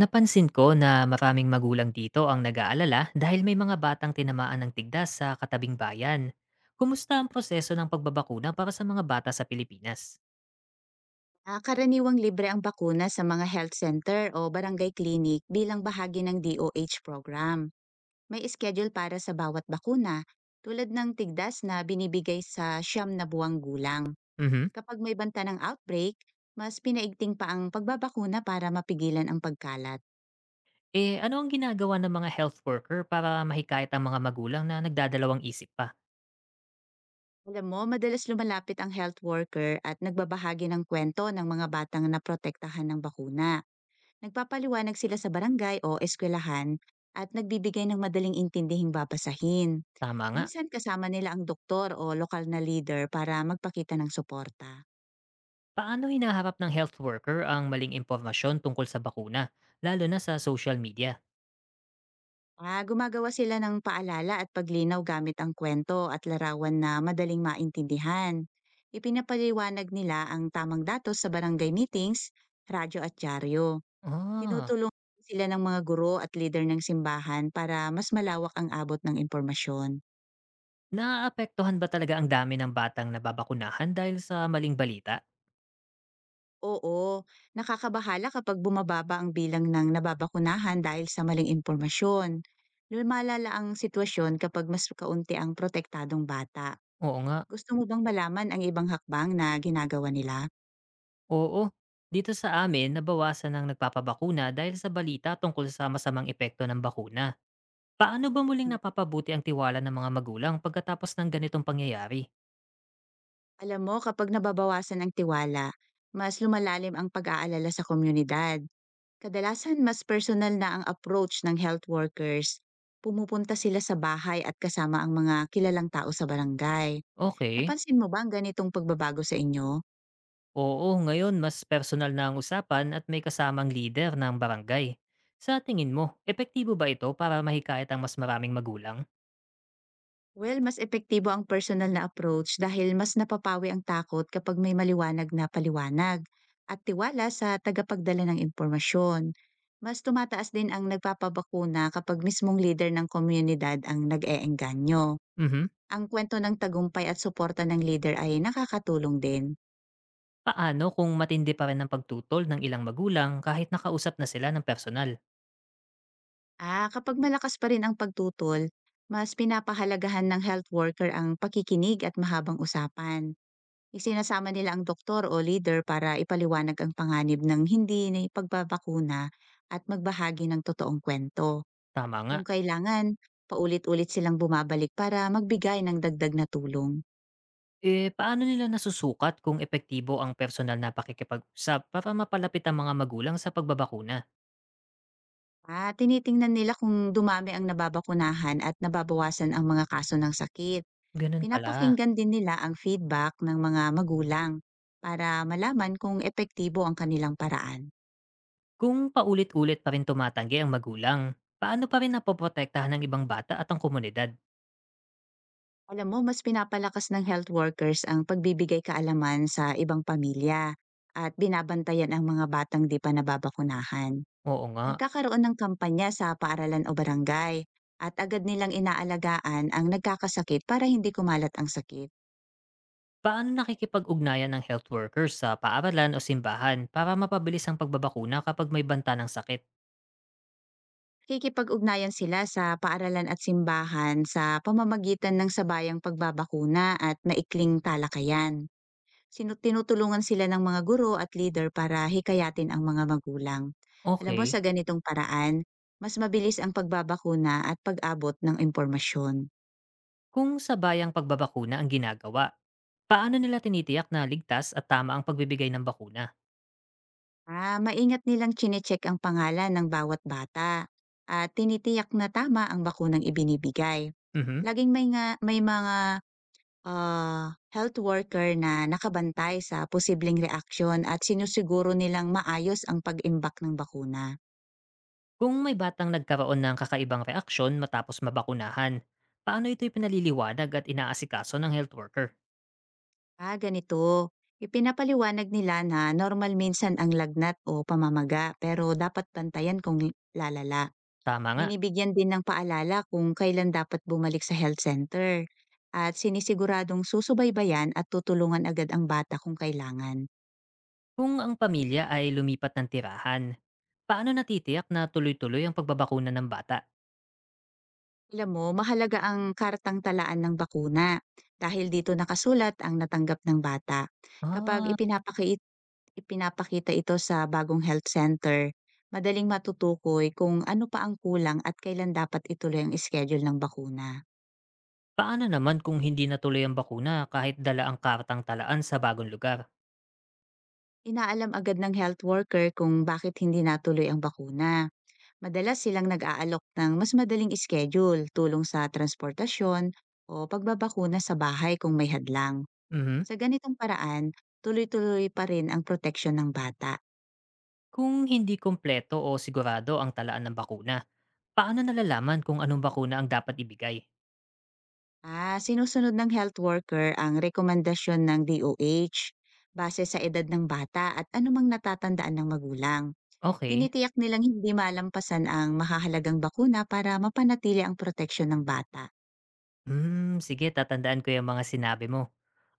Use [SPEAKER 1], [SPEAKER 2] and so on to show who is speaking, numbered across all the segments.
[SPEAKER 1] Napansin ko na maraming magulang dito ang nag-aalala dahil may mga batang tinamaan ng tigdas sa katabing bayan. Kumusta ang proseso ng pagbabakuna para sa mga bata sa Pilipinas?
[SPEAKER 2] Karaniwang libre ang bakuna sa mga health center o barangay clinic bilang bahagi ng DOH program. May schedule para sa bawat bakuna, tulad ng tigdas na binibigay sa 9 na buwang gulang.
[SPEAKER 1] Mhm.
[SPEAKER 2] Kapag may banta ng outbreak, mas pinaigting pa ang pagbabakuna para mapigilan ang pagkalat.
[SPEAKER 1] Eh, ano ang ginagawa ng mga health worker para mahikayat ang mga magulang na nagdadalawang isip pa?
[SPEAKER 2] Alam mo, madalas lumalapit ang health worker at nagbabahagi ng kwento ng mga batang naprotektahan ng bakuna. Nagpapaliwanag sila sa barangay o eskwelahan at nagbibigay ng madaling intindihing babasahin.
[SPEAKER 1] Tama nga.
[SPEAKER 2] Minsan kasama nila ang doktor o lokal na leader para magpakita ng suporta.
[SPEAKER 1] Paano hinaharap ng health worker ang maling impormasyon tungkol sa bakuna, lalo na sa social media?
[SPEAKER 2] Gumagawa sila ng paalala at paglinaw gamit ang kwento at larawan na madaling maintindihan. Ipinapaliwanag nila ang tamang datos sa barangay meetings, radyo at dyaryo.
[SPEAKER 1] Ah,
[SPEAKER 2] Tinutulungan sila ng mga guro at leader ng simbahan para mas malawak ang abot ng impormasyon.
[SPEAKER 1] naaapektuhan ba talaga ang dami ng batang nababakunahan dahil sa maling balita?
[SPEAKER 2] Oo, nakakabahala kapag bumababa ang bilang ng nababakunahan dahil sa maling impormasyon. Lumalala ang sitwasyon kapag mas kaunti ang protektadong bata.
[SPEAKER 1] Oo nga,
[SPEAKER 2] Gusto mo bang malaman ang ibang hakbang na ginagawa nila?
[SPEAKER 1] oo, dito sa amin nabawasan ang nagpapabakuna dahil sa balita tungkol sa masamang epekto ng bakuna. Paano ba muling napapabuti ang tiwala ng mga magulang pagkatapos ng ganitong pangyayari?
[SPEAKER 2] Alam mo, kapag nababawasan ang tiwala, mas lumalalim ang pag-aalala sa komunidad. Kadalasan, mas personal na ang approach ng health workers. Pumupunta sila sa bahay at kasama ang mga kilalang tao sa barangay.
[SPEAKER 1] Okay,
[SPEAKER 2] Napansin mo ba ang ganitong pagbabago sa inyo?
[SPEAKER 1] oo, ngayon mas personal na ang usapan at may kasamang leader ng barangay. Sa tingin mo, epektibo ba ito para mahikayat ang mas maraming magulang?
[SPEAKER 2] Well, mas epektibo ang personal na approach dahil mas napapawi ang takot kapag may maliwanag na paliwanag at tiwala sa tagapagdala ng impormasyon. Mas tumataas din ang nagpapabakuna kapag mismong leader ng komunidad ang nag-eengganyo.
[SPEAKER 1] Mhm.
[SPEAKER 2] Ang kwento ng tagumpay at suporta ng leader ay nakakatulong din.
[SPEAKER 1] Paano kung matindi pa rin ang pagtutol ng ilang magulang kahit nakausap na sila ng personal?
[SPEAKER 2] Kapag malakas pa rin ang pagtutol, mas pinapahalagahan ng health worker ang pakikinig at mahabang usapan. Isinasama nila ang doktor o leader para ipaliwanag ang panganib ng hindi na pagbabakuna at magbahagi ng totoong kwento.
[SPEAKER 1] Tama nga.
[SPEAKER 2] Kung kailangan, paulit-ulit silang bumabalik para magbigay ng dagdag na tulong.
[SPEAKER 1] Eh, paano nila nasusukat kung epektibo ang personal na pakikipag-usap para mapalapit ang mga magulang sa pagbabakuna?
[SPEAKER 2] Tinitingnan nila kung dumami ang nababakunahan at nababawasan ang mga kaso ng sakit.
[SPEAKER 1] Ganun pala.
[SPEAKER 2] Pinapakinggan din nila ang feedback ng mga magulang para malaman kung epektibo ang kanilang paraan.
[SPEAKER 1] Kung paulit-ulit pa rin tumatanggi ang magulang, paano pa rin napoprotektahan ng ibang bata at ang komunidad?
[SPEAKER 2] Alam mo, mas pinapalakas ng health workers ang pagbibigay kaalaman sa ibang pamilya at binabantayan ang mga batang di pa nababakunahan.
[SPEAKER 1] Oo nga.
[SPEAKER 2] Nagkakaroon ng kampanya sa paaralan o barangay at agad nilang inaalagaan ang nagkakasakit para hindi kumalat ang sakit.
[SPEAKER 1] Paano nakikipag-ugnayan ng health workers sa paaralan o simbahan para mapabilis ang pagbabakuna kapag may banta ng sakit?
[SPEAKER 2] Kikipag-ugnayan sila sa paaralan at simbahan sa pamamagitan ng sabayang pagbabakuna at maikling talakayan. Sinu tinutulungan sila ng mga guro at leader para hikayatin ang mga magulang. Alam mo,
[SPEAKER 1] Okay.
[SPEAKER 2] sa ganitong paraan, mas mabilis ang pagbabakuna at pag-abot ng impormasyon.
[SPEAKER 1] Kung sa bayang pagbabakuna ang ginagawa, paano nila tinitiyak na ligtas at tama ang pagbibigay ng bakuna?
[SPEAKER 2] Maingat nilang chinecheck ang pangalan ng bawat bata at tinitiyak na tama ang bakunang ibinibigay.
[SPEAKER 1] Mhm.
[SPEAKER 2] Laging may nga, may mga ah, health worker na nakabantay sa posibleng reaksyon at sinusiguro nilang maayos ang pag-imbak ng bakuna.
[SPEAKER 1] Kung may batang nagkaroon ng kakaibang reaksyon matapos mabakunahan, paano ito pinaliliwanag at inaasikaso ng health worker?
[SPEAKER 2] Ah, ganito. Ipinapaliwanag nila na normal minsan ang lagnat o pamamaga pero dapat bantayan kung lalala.
[SPEAKER 1] Tama nga.
[SPEAKER 2] Binibigyan din ng paalala kung kailan dapat bumalik sa health center at sinisiguradong susubaybayan at tutulungan agad ang bata kung kailangan.
[SPEAKER 1] Kung ang pamilya ay lumipat ng tirahan, paano natitiyak na tuloy-tuloy ang pagbabakuna ng bata?
[SPEAKER 2] Alam mo, mahalaga ang kartang talaan ng bakuna dahil dito nakasulat ang natanggap ng bata. Kapag
[SPEAKER 1] Ah,
[SPEAKER 2] ipinapaki Ipinapakita ito sa bagong health center, madaling matutukoy kung ano pa ang kulang at kailan dapat ituloy ang schedule ng bakuna.
[SPEAKER 1] paano naman kung hindi natuloy ang bakuna kahit dala ang kartang talaan sa bagong lugar?
[SPEAKER 2] Inaalam agad ng health worker kung bakit hindi natuloy ang bakuna. Madalas silang nag-aalok ng mas madaling schedule, tulong sa transportasyon o pagbabakuna sa bahay kung may hadlang.
[SPEAKER 1] Mhm.
[SPEAKER 2] Sa ganitong paraan, tuloy-tuloy pa rin ang proteksyon ng bata.
[SPEAKER 1] Kung hindi kompleto o sigurado ang talaan ng bakuna, paano nalalaman kung anong bakuna ang dapat ibigay?
[SPEAKER 2] Sinusunod ng health worker ang rekomendasyon ng DOH base sa edad ng bata at anumang natatandaan ng magulang.
[SPEAKER 1] Okay.
[SPEAKER 2] Tinitiyak nilang hindi malampasan ang mahahalagang bakuna para mapanatili ang proteksyon ng bata.
[SPEAKER 1] Hmm, sige, tatandaan ko yung mga sinabi mo.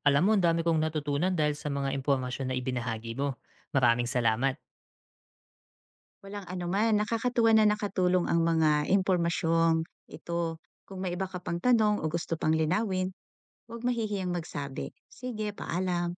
[SPEAKER 1] Alam mo, ang dami kong natutunan dahil sa mga impormasyon na ibinahagi mo. Maraming salamat.
[SPEAKER 2] Walang anuman, nakakatuwa na nakatulong ang mga impormasyong ito. Kung may iba ka pang tanong o gusto pang linawin, huwag mahihiyang magsabi. Sige, paalam.